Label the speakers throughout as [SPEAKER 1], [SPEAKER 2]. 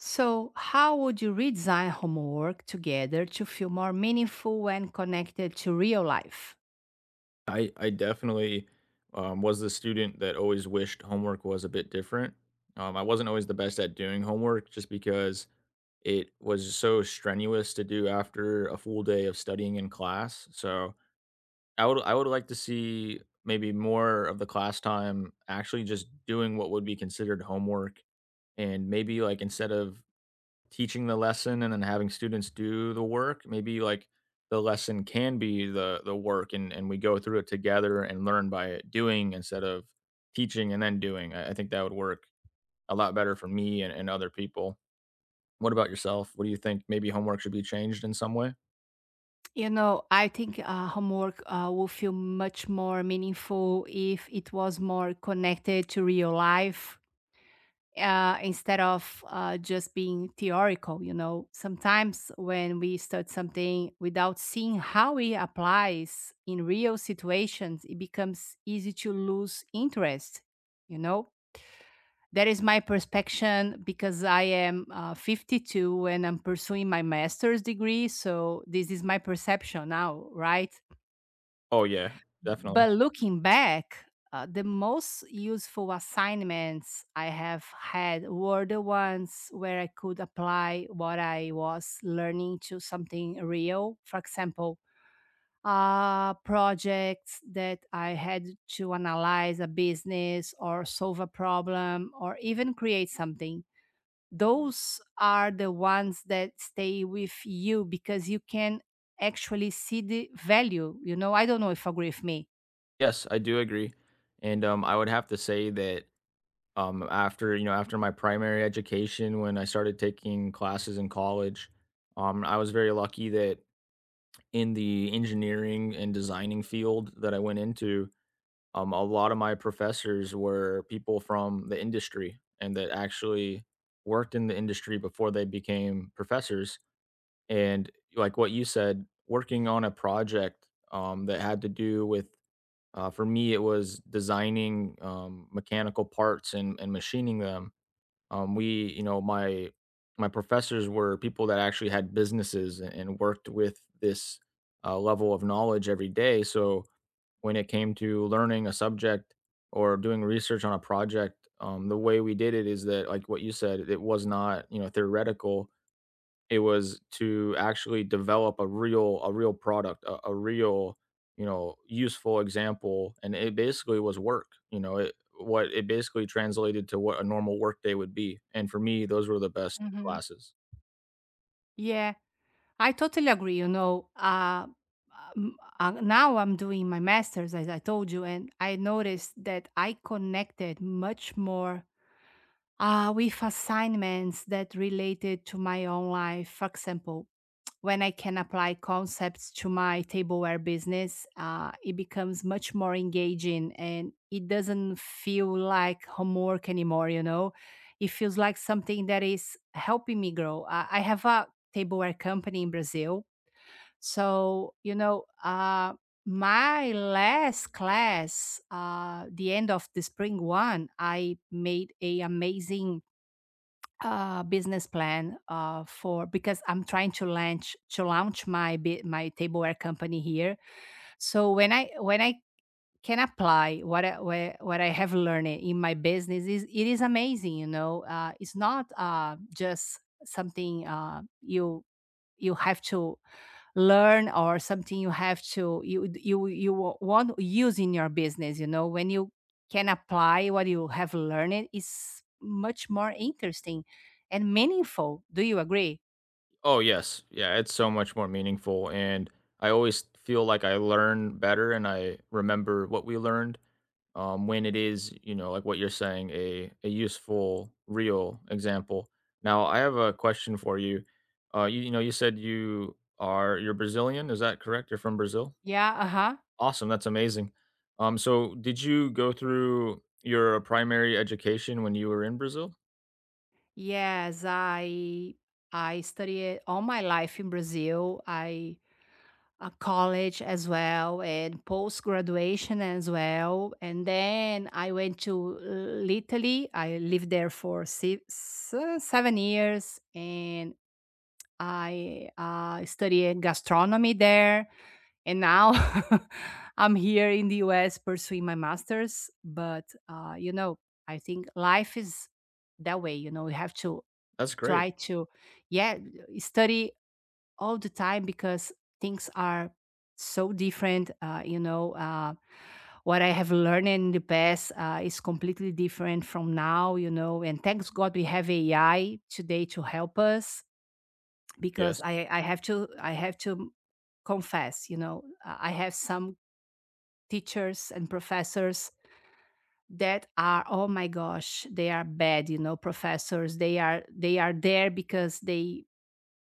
[SPEAKER 1] So, how would you redesign homework together to feel more meaningful and connected to real life?
[SPEAKER 2] I definitely, was the student that always wished homework was a bit different. I wasn't always the best at doing homework just because it was so strenuous to do after a full day of studying in class. So I would like to see maybe more of the class time actually just doing what would be considered homework, and maybe like instead of teaching the lesson and then having students do the work. Maybe like the lesson can be the work, and we go through it together and learn by doing instead of teaching and then doing. I think that would work a lot better for me and other people. What about yourself? What do you think? Maybe homework should be changed in some way?
[SPEAKER 1] You know, I think homework will feel much more meaningful if it was more connected to real life instead of just being theoretical. You know, sometimes when we start something without seeing how it applies in real situations, it becomes easy to lose interest, you know? That is my perspective because I am 52 and I'm pursuing my master's degree. So this is my perception now, right?
[SPEAKER 2] Oh yeah, definitely.
[SPEAKER 1] But looking back, the most useful assignments I have had were the ones where I could apply what I was learning to something real. For example, projects that I had to analyze a business or solve a problem or even create something, those are the ones that stay with you because you can actually see the value. You know, I don't know if you agree with me.
[SPEAKER 2] Yes, I do agree. And I would have to say that after, you know, after my primary education when I started taking classes in college, I was very lucky that in the engineering and designing field that I went into, a lot of my professors were people from the industry and that actually worked in the industry before they became professors. And like what you said, working on a project that had to do with, for me, it was designing mechanical parts and machining them, we, you know, my professors were people that actually had businesses and worked with this level of knowledge every day. So when it came to learning a subject or doing research on a project, the way we did it is that, like what you said, it was not, you know, theoretical. It was to actually develop a real product, a real, you know, useful example, and it basically was work, you know, it what it basically translated to what a normal work day would be, and for me, those were the best
[SPEAKER 1] Mhm.
[SPEAKER 2] classes.
[SPEAKER 1] Yeah, I totally agree. You know, now I'm doing my master's, as I told you, and I noticed that I connected much more with assignments that related to my own life. For example, when I can apply concepts to my tableware business, it becomes much more engaging and it doesn't feel like homework anymore, you know? It feels like something that is helping me grow. I have a tableware company in Brazil, so, you know, my last class, the end of the spring one, I made a amazing business plan for, because I'm trying to launch my my tableware company here. So when I can apply what what I have learned in my business, is it is amazing. You know, it's not just something, you you have to learn, or something you have to want to use in your business, you know. When you can apply what you have learned is much more interesting and meaningful. Do you agree?
[SPEAKER 2] Oh, yes. Yeah, it's so much more meaningful, and I always feel like I learn better and I remember what we learned, when it is, you know, like what you're saying, a useful, real example. Now, I have a question for you. You know, you said you're Brazilian, is that correct? You're from Brazil?
[SPEAKER 1] Yeah, uh-huh.
[SPEAKER 2] Awesome, that's amazing. So did you go through your primary education when you were in Brazil?
[SPEAKER 1] Yes, I studied all my life in Brazil. I, college as well, and post graduation as well. And then I went to Italy. I lived there for 7 years, and I studied gastronomy there. And now I'm here in the US pursuing my master's. But, you know, I think life is that way. You know, you have to
[SPEAKER 2] That's great.
[SPEAKER 1] try to, yeah, study all the time because things are so different, you know, what I have learned in the past is completely different from now, you know. And thanks god we have AI today to help us because
[SPEAKER 2] Yes.
[SPEAKER 1] I have to, confess, you know. I have some teachers and professors that are, oh my gosh, they are bad, you know. Professors, they are there because they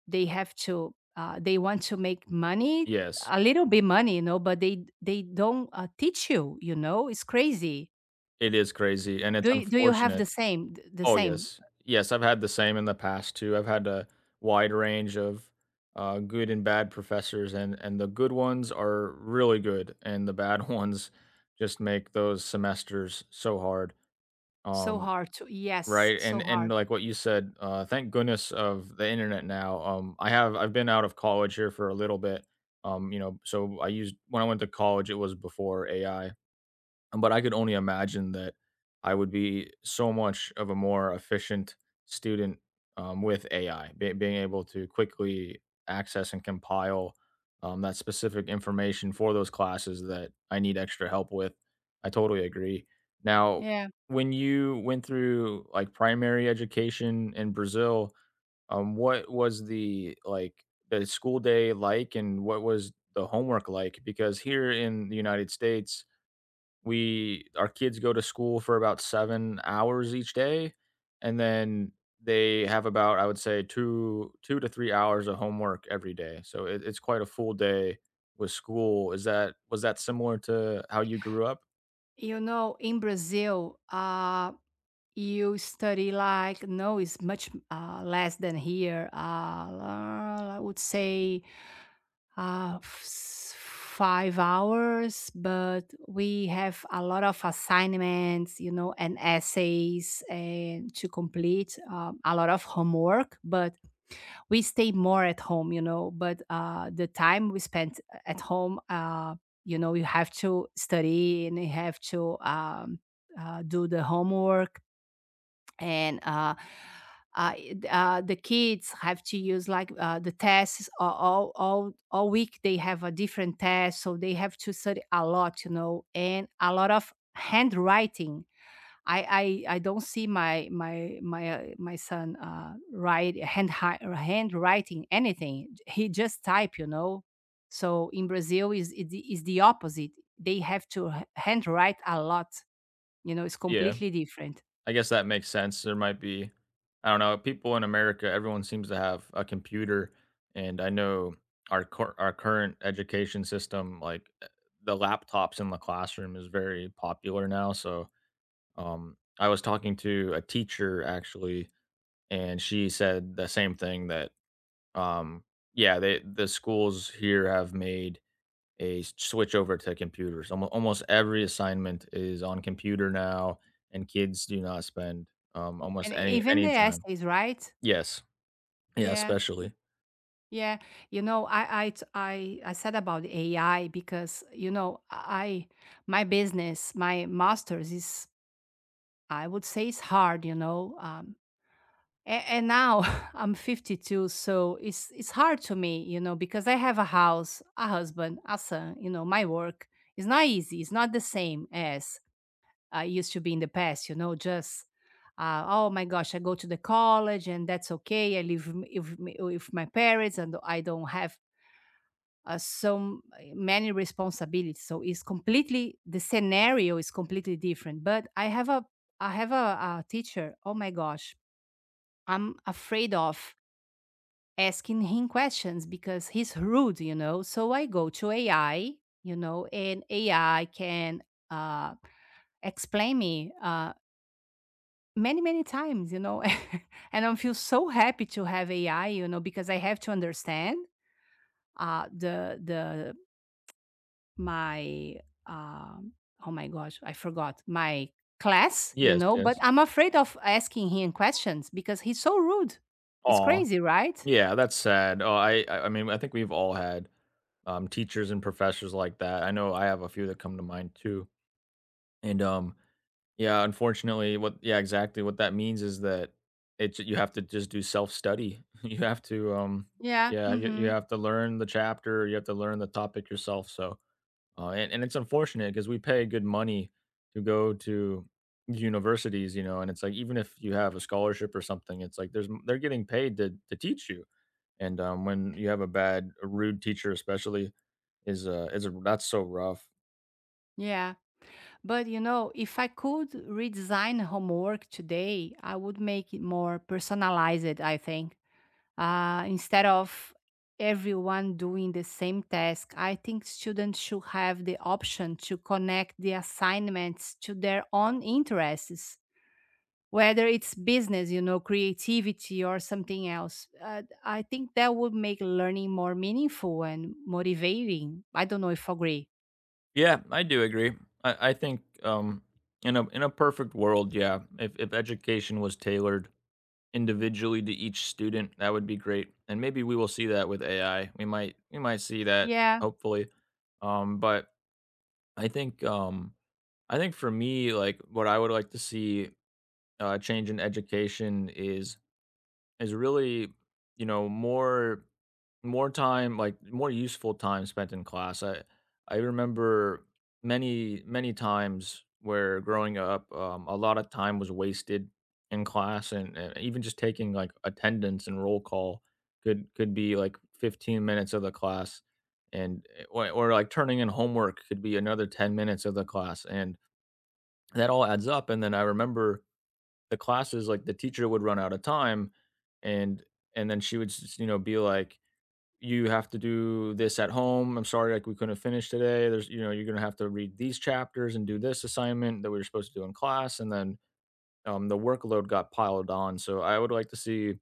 [SPEAKER 1] they have to, they want to make money,
[SPEAKER 2] Yes.
[SPEAKER 1] a little bit money, you know, but they don't teach you, you know. It's crazy.
[SPEAKER 2] It is crazy, and it's
[SPEAKER 1] Do you have the
[SPEAKER 2] unfortunate.
[SPEAKER 1] same the
[SPEAKER 2] Oh,
[SPEAKER 1] same?
[SPEAKER 2] yes. Yes, I've had the same in the past too. I've had a wide range of good and bad professors, and the good ones are really good, and the bad ones just make those semesters so hard.
[SPEAKER 1] So
[SPEAKER 2] Um,
[SPEAKER 1] hard to, yes,
[SPEAKER 2] right, and
[SPEAKER 1] so
[SPEAKER 2] and
[SPEAKER 1] hard.
[SPEAKER 2] like what you said, thank goodness of the internet now. I've been out of college here for a little bit. You know, so I used when I went to college, it was before AI. But I could only imagine that I would be so much of a more efficient student, with AI, be being able to quickly access and compile, that specific information for those classes that I need extra help with. I totally agree. Now,
[SPEAKER 1] Yeah,
[SPEAKER 2] when you went through, like, primary education in Brazil, what was the, like, the school day like, and what was the homework like? Because here in the United States, we our kids go to school for about 7 hours each day, and then they have about, I would say, 2 2 to 3 hours of homework every day, so it's quite a full day with school. Is that was that similar to how you grew up?
[SPEAKER 1] you know, in Brazil, you study like, no, it's much less than here, I would say uh, f- s- 5 hours, but we have a lot of assignments, you know, and essays and to complete, a lot of homework, but we stay more at home, you know. But the time we spent at home, you know, you have to study and you have to do the homework, and the kids have to use like the tests, all, all week. They have a different test, so they have to study a lot, you know, and a lot of handwriting. I don't see my son write handwriting anything. He just type, you know. So in Brazil, is the opposite. They have to handwrite a lot. You know, it's
[SPEAKER 2] Yeah,
[SPEAKER 1] completely different.
[SPEAKER 2] I guess that makes sense. There might be, I don't know, people in America, everyone seems to have a computer, and I know our current education system, like, the laptops in the classroom is very popular now. So I was talking to a teacher actually, and she said the same thing that, um, yeah, they, the schools here have made switch over to computers. Almost every assignment is on computer now, and kids do not spend,
[SPEAKER 1] And
[SPEAKER 2] almost
[SPEAKER 1] even the
[SPEAKER 2] any time.
[SPEAKER 1] essays, right?
[SPEAKER 2] Yes, yeah,
[SPEAKER 1] Yeah. Yeah.
[SPEAKER 2] especially.
[SPEAKER 1] Yeah. You know, I t- I said about AI because, you know, I my business, my master's is, I would say, it's hard, you know. And now I'm 52, so it's hard to me, you know, because I have a house, a husband, a son, you know, my work. It's not easy. It's not the same as used to be in the past, you know. Just, oh my gosh, I go to the college and that's okay. I live m- if m- with my parents and I don't have so many responsibilities. So it's completely, the scenario is completely different. But I have a teacher. Oh my gosh, I'm afraid of asking him questions because he's rude, you know. So I go to AI, you know, and AI can uh, explain me. Many, many times, you know, and I feel so happy to have AI, you know, because I have to understand the my um oh my gosh, I forgot my class, you
[SPEAKER 2] Yes,
[SPEAKER 1] know, but
[SPEAKER 2] yes.
[SPEAKER 1] I'm afraid of asking him questions because he's so rude. It's
[SPEAKER 2] Aw,
[SPEAKER 1] crazy, right?
[SPEAKER 2] yeah, that's sad. Oh, I mean, I think we've all had, teachers and professors like that. I know I have a few that come to mind too. And yeah, unfortunately, what yeah, exactly. What that means is that it you have to just do self-study. You have to
[SPEAKER 1] Yeah.
[SPEAKER 2] yeah, you
[SPEAKER 1] Mm-hmm.
[SPEAKER 2] have to learn the chapter, you have to learn the topic yourself. So, and it's unfortunate because we pay good money to go to universities, you know, and it's like even if you have a scholarship or something, it's like they're getting paid to teach you. And when you have a rude teacher especially is that's so rough.
[SPEAKER 1] Yeah. But you know, if I could redesign homework today, I would make it more personalized, I think. Instead of everyone doing the same task, I think students should have the option to connect the assignments to their own interests, whether it's business, you know, creativity, or something else. I think that would make learning more meaningful and motivating. I don't know if you agree.
[SPEAKER 2] Yeah, I do agree. I think in a perfect world, yeah, if education was tailored individually to each student, that would be great. And maybe we will see that with AI. We might see that
[SPEAKER 1] Yeah.
[SPEAKER 2] hopefully. But I think um, I think for me, like what I would like to see change in education is really, you know, more, time, like, more useful time spent in class. I remember many, many times where growing up, a lot of time was wasted in class, and even just taking like attendance and roll call could be like 15 minutes of the class, and or like turning in homework could be another 10 minutes of the class, and that all adds up, and then I remember the classes like the teacher would run out of time, and and then she would you know be like, you have to do this at home. I'm sorry, like we couldn't finish today. There's, you know, you're gonna have to read these chapters and do this assignment that we were supposed to do in class, and then, the workload got piled on. So I would like to see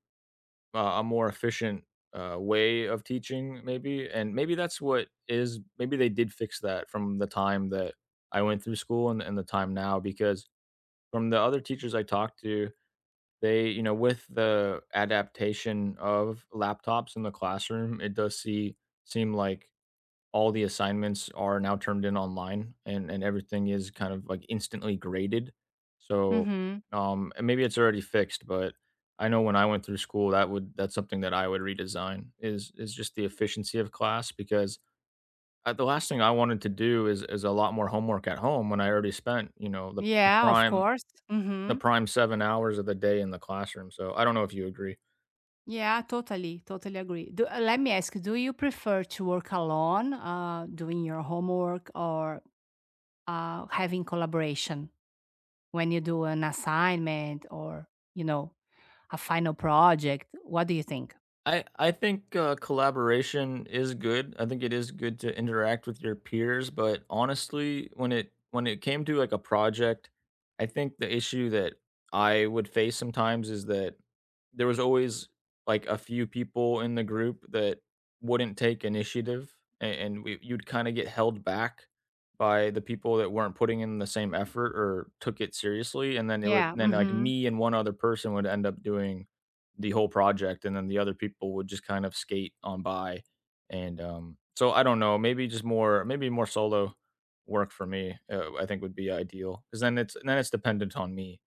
[SPEAKER 2] a more efficient way of teaching, maybe, and maybe that's what is. Maybe they did fix that from the time that I went through school, and the time now, because from the other teachers I talked to, they, you know, with the adaptation of laptops in the classroom, it does seem like all the assignments are now turned in online, and everything is kind of like instantly graded. So,
[SPEAKER 1] Mm-hmm.
[SPEAKER 2] and maybe it's already fixed, but I know when I went through school, that would, that's something that I would redesign is just the efficiency of class, because the last thing I wanted to do is a lot more homework at home when I already spent, you know, the
[SPEAKER 1] Yeah, of
[SPEAKER 2] prime,
[SPEAKER 1] course. Mm-hmm.
[SPEAKER 2] 7 hours of the day in the classroom. So I don't know if you agree.
[SPEAKER 1] Yeah, totally, totally agree. Do, let me ask, do you prefer to work alone, doing your homework, or having collaboration when you do an assignment or, you know, a final project? What do you think?
[SPEAKER 2] I think, collaboration is good. I think it is good to interact with your peers, but honestly, when it came to, like, a project, I think the issue that I would face sometimes is that there was always, like, a few people in the group that wouldn't take initiative, a and we you'd kinda get held back by the people that weren't putting in the same effort or took it seriously, and then it would
[SPEAKER 1] Yeah,
[SPEAKER 2] then, like,
[SPEAKER 1] hmm.
[SPEAKER 2] me and one other person would end up doing the whole project, and then the other people would just kind of skate on by. And so I don't know, maybe just more, maybe more solo work for me. I think would be ideal, because then it's dependent on me.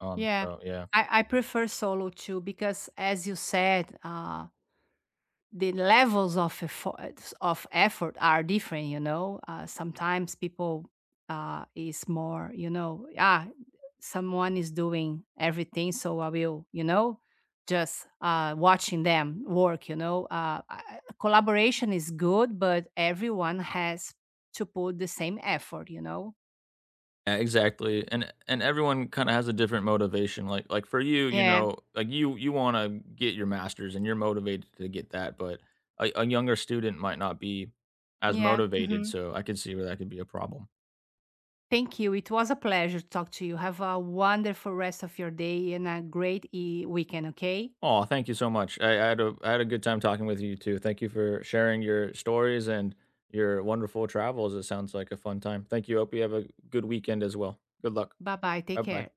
[SPEAKER 1] Yeah,
[SPEAKER 2] So yeah.
[SPEAKER 1] I prefer solo too because, as you said, the levels of effort are different, you know. Sometimes people is more, you know, ah, someone is doing everything, so I will, you know, just watching them work, you know. Collaboration is good, but everyone has to put the same effort, you know.
[SPEAKER 2] Yeah, exactly. And everyone kind of has a different motivation. Like for you, you
[SPEAKER 1] Yeah.
[SPEAKER 2] know, like you want to get your masters and you're motivated to get that, but a younger student might not be as
[SPEAKER 1] Yeah,
[SPEAKER 2] motivated,
[SPEAKER 1] hmm.
[SPEAKER 2] so I could see where that could be a problem.
[SPEAKER 1] Thank you. It was a pleasure to talk to you. Have a wonderful rest of your day and a great weekend, okay?
[SPEAKER 2] Oh, thank you so much. I had a good time talking with you too. Thank you for sharing your stories and your wonderful travels. It sounds like a fun time. Thank you. Hope you have a good weekend as well. Good luck.
[SPEAKER 1] Bye bye.
[SPEAKER 2] Bye
[SPEAKER 1] Take
[SPEAKER 2] bye.
[SPEAKER 1] care.